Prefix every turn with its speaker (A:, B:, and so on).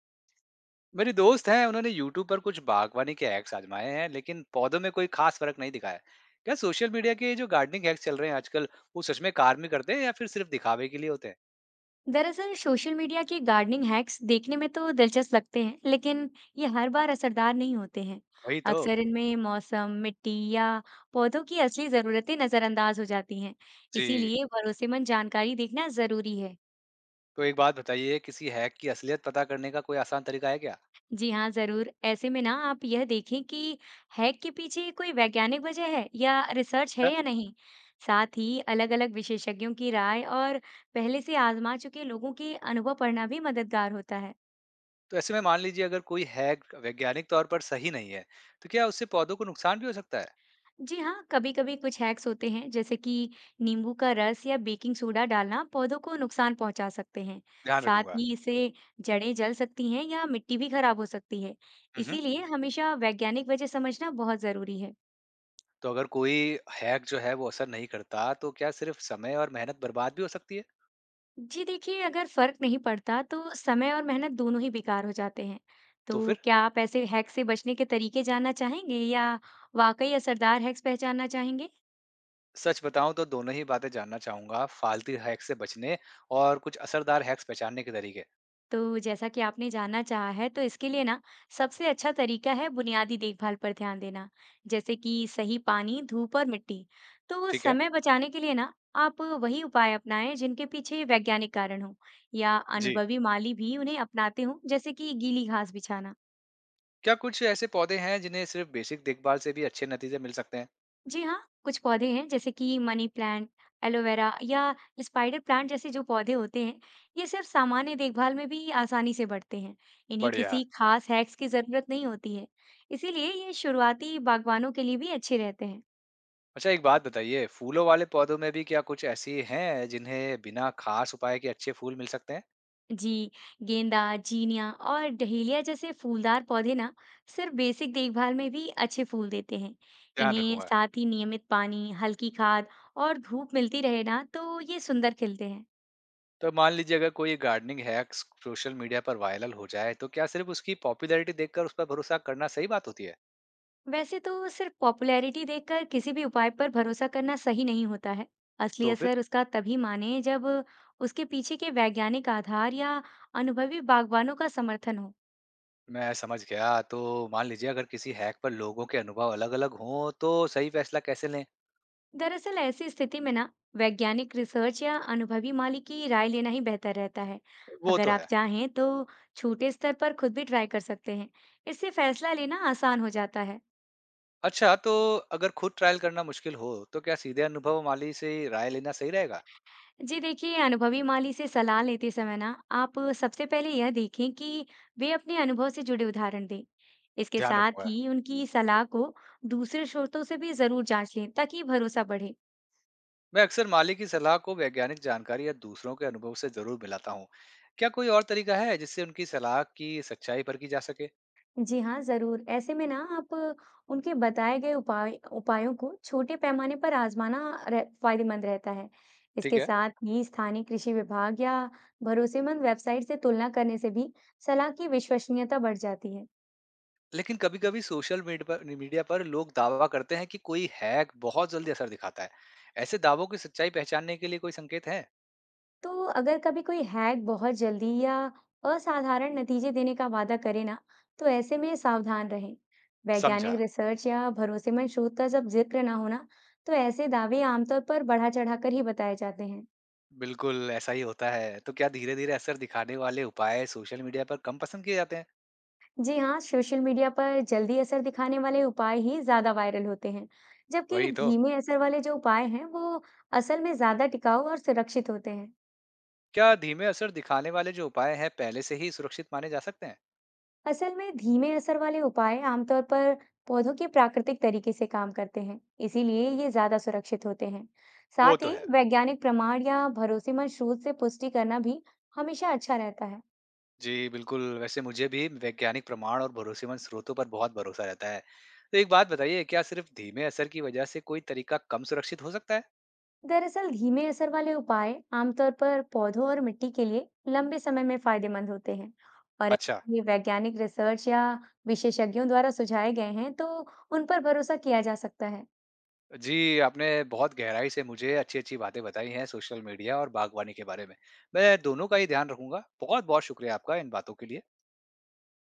A: मेरी दोस्त हैं उन्होंने यूट्यूब पर कुछ बागवानी के हैक्स आजमाए हैं लेकिन पौधों में कोई खास फर्क नहीं दिखाया। क्या सोशल मीडिया के ये जो गार्डनिंग हैक्स चल रहे हैं आजकल, वो सच में कार में करते हैं या फिर सिर्फ दिखावे के लिए होते हैं?
B: दरअसल सोशल मीडिया के गार्डनिंग हैक्स देखने में तो दिलचस्प लगते हैं, लेकिन ये हर बार असरदार नहीं होते हैं।
A: वही तो।
B: अक्सर इनमें मौसम, मिट्टी या पौधों की असली ज़रूरतें नज़रअंदाज हो जाती हैं।
A: जी।
B: इसीलिए भरोसेमंद जानकारी देखना ज़रूरी है।
A: तो एक बात बताइए, किसी हैक की असलियत पता करने का कोई आसान तरीका है क्या?
B: जी हाँ, ज़रूर। ऐसे में ना आप यह देखें कि हैक के पीछे कोई वैज्ञानिक वजह है या रिसर्च
A: अच्छा।
B: है या नहीं। साथ ही अलग-अलग विशेषज्ञों की राय और पहले से आजमा चुके लोगों के अनुभव पढ़ना भी मददगार होता है।
A: तो ऐसे में मान लीजिए अगर कोई हैक वैज्ञानिक तौर पर सही नहीं है, तो क्या उससे पौधों को नुकसान भी हो सकता है?
B: जी हाँ कभी कभी कुछ हैक्स होते हैं जैसे कि नींबू का रस या बेकिंग सोडा डालना पौधों को नुकसान पहुंचा सकते हैं।
A: ध्यान
B: साथ
A: रखूंगा।
B: ही इससे जड़ें जल सकती हैं या मिट्टी भी खराब हो सकती है।
A: हम्म।
B: इसीलिए हमेशा वैज्ञानिक वजह समझना बहुत जरूरी है।
A: तो अगर कोई हैक जो है वो असर नहीं करता, तो क्या सिर्फ समय और मेहनत बर्बाद भी हो सकती है?
B: जी देखिए, अगर फर्क नहीं पड़ता तो समय और मेहनत दोनों ही बेकार हो जाते हैं।
A: तो
B: तो
A: फिर
B: क्या आप ऐसे हैक्स से बचने के तरीके जानना चाहेंगे या वाकई असरदार हैक्स पहचानना चाहेंगे?
A: सच बताऊं तो दोनों ही बातें जानना चाहूंगा, फालतू हैक्स से बचने और कुछ असरदार हैक्स पहचानने के तरीके।
B: तो जैसा कि आपने जानना चाहा है, तो इसके लिए ना सबसे अच्छा तरीका है बुनियादी देखभाल पर ध्यान देना, जैसे कि सही पानी, धूप और मिट्टी। तो
A: ठीक है।
B: समय बचाने के लिए ना आप वही उपाय अपनाएं जिनके पीछे वैज्ञानिक कारण हो, या
A: जी।
B: अनुभवी माली भी उन्हें अपनाते हों, जैसे कि गीली घास बिछाना।
A: क्या कुछ ऐसे पौधे हैं जिन्हें सिर्फ बेसिक देखभाल से भी अच्छे नतीजे मिल सकते हैं?
B: जी हाँ, कुछ पौधे हैं जैसे कि मनी प्लांट, एलोवेरा या स्पाइडर प्लांट जैसे जो पौधे होते हैं, ये सिर्फ सामान्य देखभाल में भी आसानी से बढ़ते हैं। इन्हें
A: बढ़िया।
B: किसी खास हैक्स की जरूरत नहीं होती है, इसीलिए ये शुरुआती बागवानों के लिए भी अच्छे रहते हैं।
A: अच्छा, एक बात बताइए, फूलों वाले पौधों में भी क्या कुछ ऐसी हैं जिन्हें बिना खास उपाय के अच्छे फूल मिल सकते हैं?
B: जी, गेंदा, जीनिया और डहेलिया जैसे फूलदार पौधे ना सिर्फ बेसिक देखभाल में भी अच्छे फूल देते हैं।
A: ध्यान
B: इन्हें
A: रखूंगा।
B: साथ ही नियमित पानी, हल्की खाद और धूप मिलती रहे ना तो ये सुंदर खिलते हैं।
A: तो मान लीजिए अगर कोई गार्डनिंग हैक्स सोशल मीडिया पर वायरल हो जाए, तो क्या सिर्फ उसकी पॉपुलैरिटी देखकर उस पर भरोसा करना सही बात होती है?
B: वैसे तो सिर्फ पॉपुलैरिटी देखकर किसी भी उपाय पर भरोसा करना सही नहीं होता है। असली
A: तो फिर
B: असर उसका तभी माने जब उसके पीछे के वैज्ञानिक आधार या अनुभवी बागवानों का समर्थन हो।
A: मैं समझ गया। तो मान लीजिए अगर किसी हैक पर लोगों के अनुभव अलग-अलग हों तो सही फैसला कैसे लें?
B: दरअसल ऐसी स्थिति में ना वैज्ञानिक रिसर्च या अनुभवी माली की राय लेना ही बेहतर रहता है।
A: वो
B: अगर
A: तो
B: आप
A: है।
B: चाहें तो छोटे स्तर पर खुद भी ट्राई कर सकते हैं, इससे फैसला लेना आसान हो जाता है।
A: अच्छा, तो अगर खुद ट्रायल करना मुश्किल हो तो क्या सीधे अनुभव माली से राय लेना सही रहेगा?
B: जी देखिए, अनुभवी माली से सलाह लेते समय ना आप सबसे पहले यह देखें कि वे अपने अनुभव से जुड़े उदाहरण दें। इसके
A: ध्यान
B: साथ
A: रखूंगा।
B: ही उनकी सलाह को दूसरे स्रोतों से भी जरूर जांच लें ताकि भरोसा बढ़े।
A: मैं अक्सर माली की सलाह को वैज्ञानिक जानकारी या दूसरों के अनुभव से जरूर मिलाता हूँ। क्या कोई और तरीका है जिससे उनकी सलाह की सच्चाई परखी जा सके?
B: जी हाँ, जरूर। ऐसे में ना आप उनके बताए गए उपायों को छोटे पैमाने पर आजमाना फायदेमंद रहता है।
A: ठीक
B: इसके
A: है।
B: साथ ही स्थानीय कृषि विभाग या भरोसेमंद वेबसाइट से तुलना करने से भी सलाह की विश्वसनीयता बढ़ जाती है।
A: लेकिन कभी-कभी सोशल मीडिया पर लोग दावा करते हैं कि कोई हैक बहुत जल्दी असर दिखाता है। ऐसे दावों की सच्चाई पहचानने के लिए कोई संकेत है?
B: तो अगर कभी कोई हैक बहुत जल्दी या असाधारण नतीजे देने का वादा करे ना, तो ऐसे में सावधान रहें।
A: समझा।
B: वैज्ञानिक रिसर्च या भरोसेमंद शोध का जब जिक्र ना होना, तो ऐसे दावे आमतौर पर बढ़ा चढ़ाकर ही बताए जाते हैं।
A: बिल्कुल, ऐसा ही होता है। तो क्या धीरे-धीरे असर दिखाने वाले उपाय सोशल मीडिया पर कम पसंद किए जाते हैं?
B: जी हाँ, सोशल मीडिया पर जल्दी असर दिखाने वाले उपाय ही ज्यादा वायरल होते हैं, जबकि
A: वही तो।
B: धीमे असर वाले जो उपाय हैं, वो असल में ज्यादा टिकाऊ और सुरक्षित होते हैं।
A: क्या धीमे असर दिखाने वाले जो उपाय हैं, पहले से ही सुरक्षित माने जा सकते हैं?
B: असल में धीमे असर वाले उपाय आमतौर पर पौधों के प्राकृतिक तरीके से काम करते हैं, इसीलिए ये ज्यादा सुरक्षित होते हैं।
A: वो
B: साथ
A: तो
B: ही
A: है।
B: वैज्ञानिक प्रमाण या भरोसेमंद स्रोत से पुष्टि करना भी हमेशा अच्छा रहता है।
A: जी, बिल्कुल। वैसे मुझे भी वैज्ञानिक प्रमाण और भरोसेमंद स्रोतों पर बहुत भरोसा रहता है। तो एक बात बताइए, क्या सिर्फ धीमे असर की वजह से कोई तरीका कम सुरक्षित हो सकता है?
B: दरअसल धीमे असर वाले उपाय आमतौर पर पौधों और मिट्टी के लिए लंबे समय में फायदेमंद होते हैं और
A: अच्छा।
B: अगर ये वैज्ञानिक रिसर्च या विशेषज्ञों द्वारा सुझाए गए हैं तो उन पर भरोसा किया जा सकता है।
A: जी, आपने बहुत गहराई से मुझे अच्छी-अच्छी बातें बताई हैं सोशल मीडिया और बागवानी के बारे में। मैं दोनों का ही ध्यान रखूँगा। बहुत-बहुत शुक्रिया आपका इन बातों के लिए।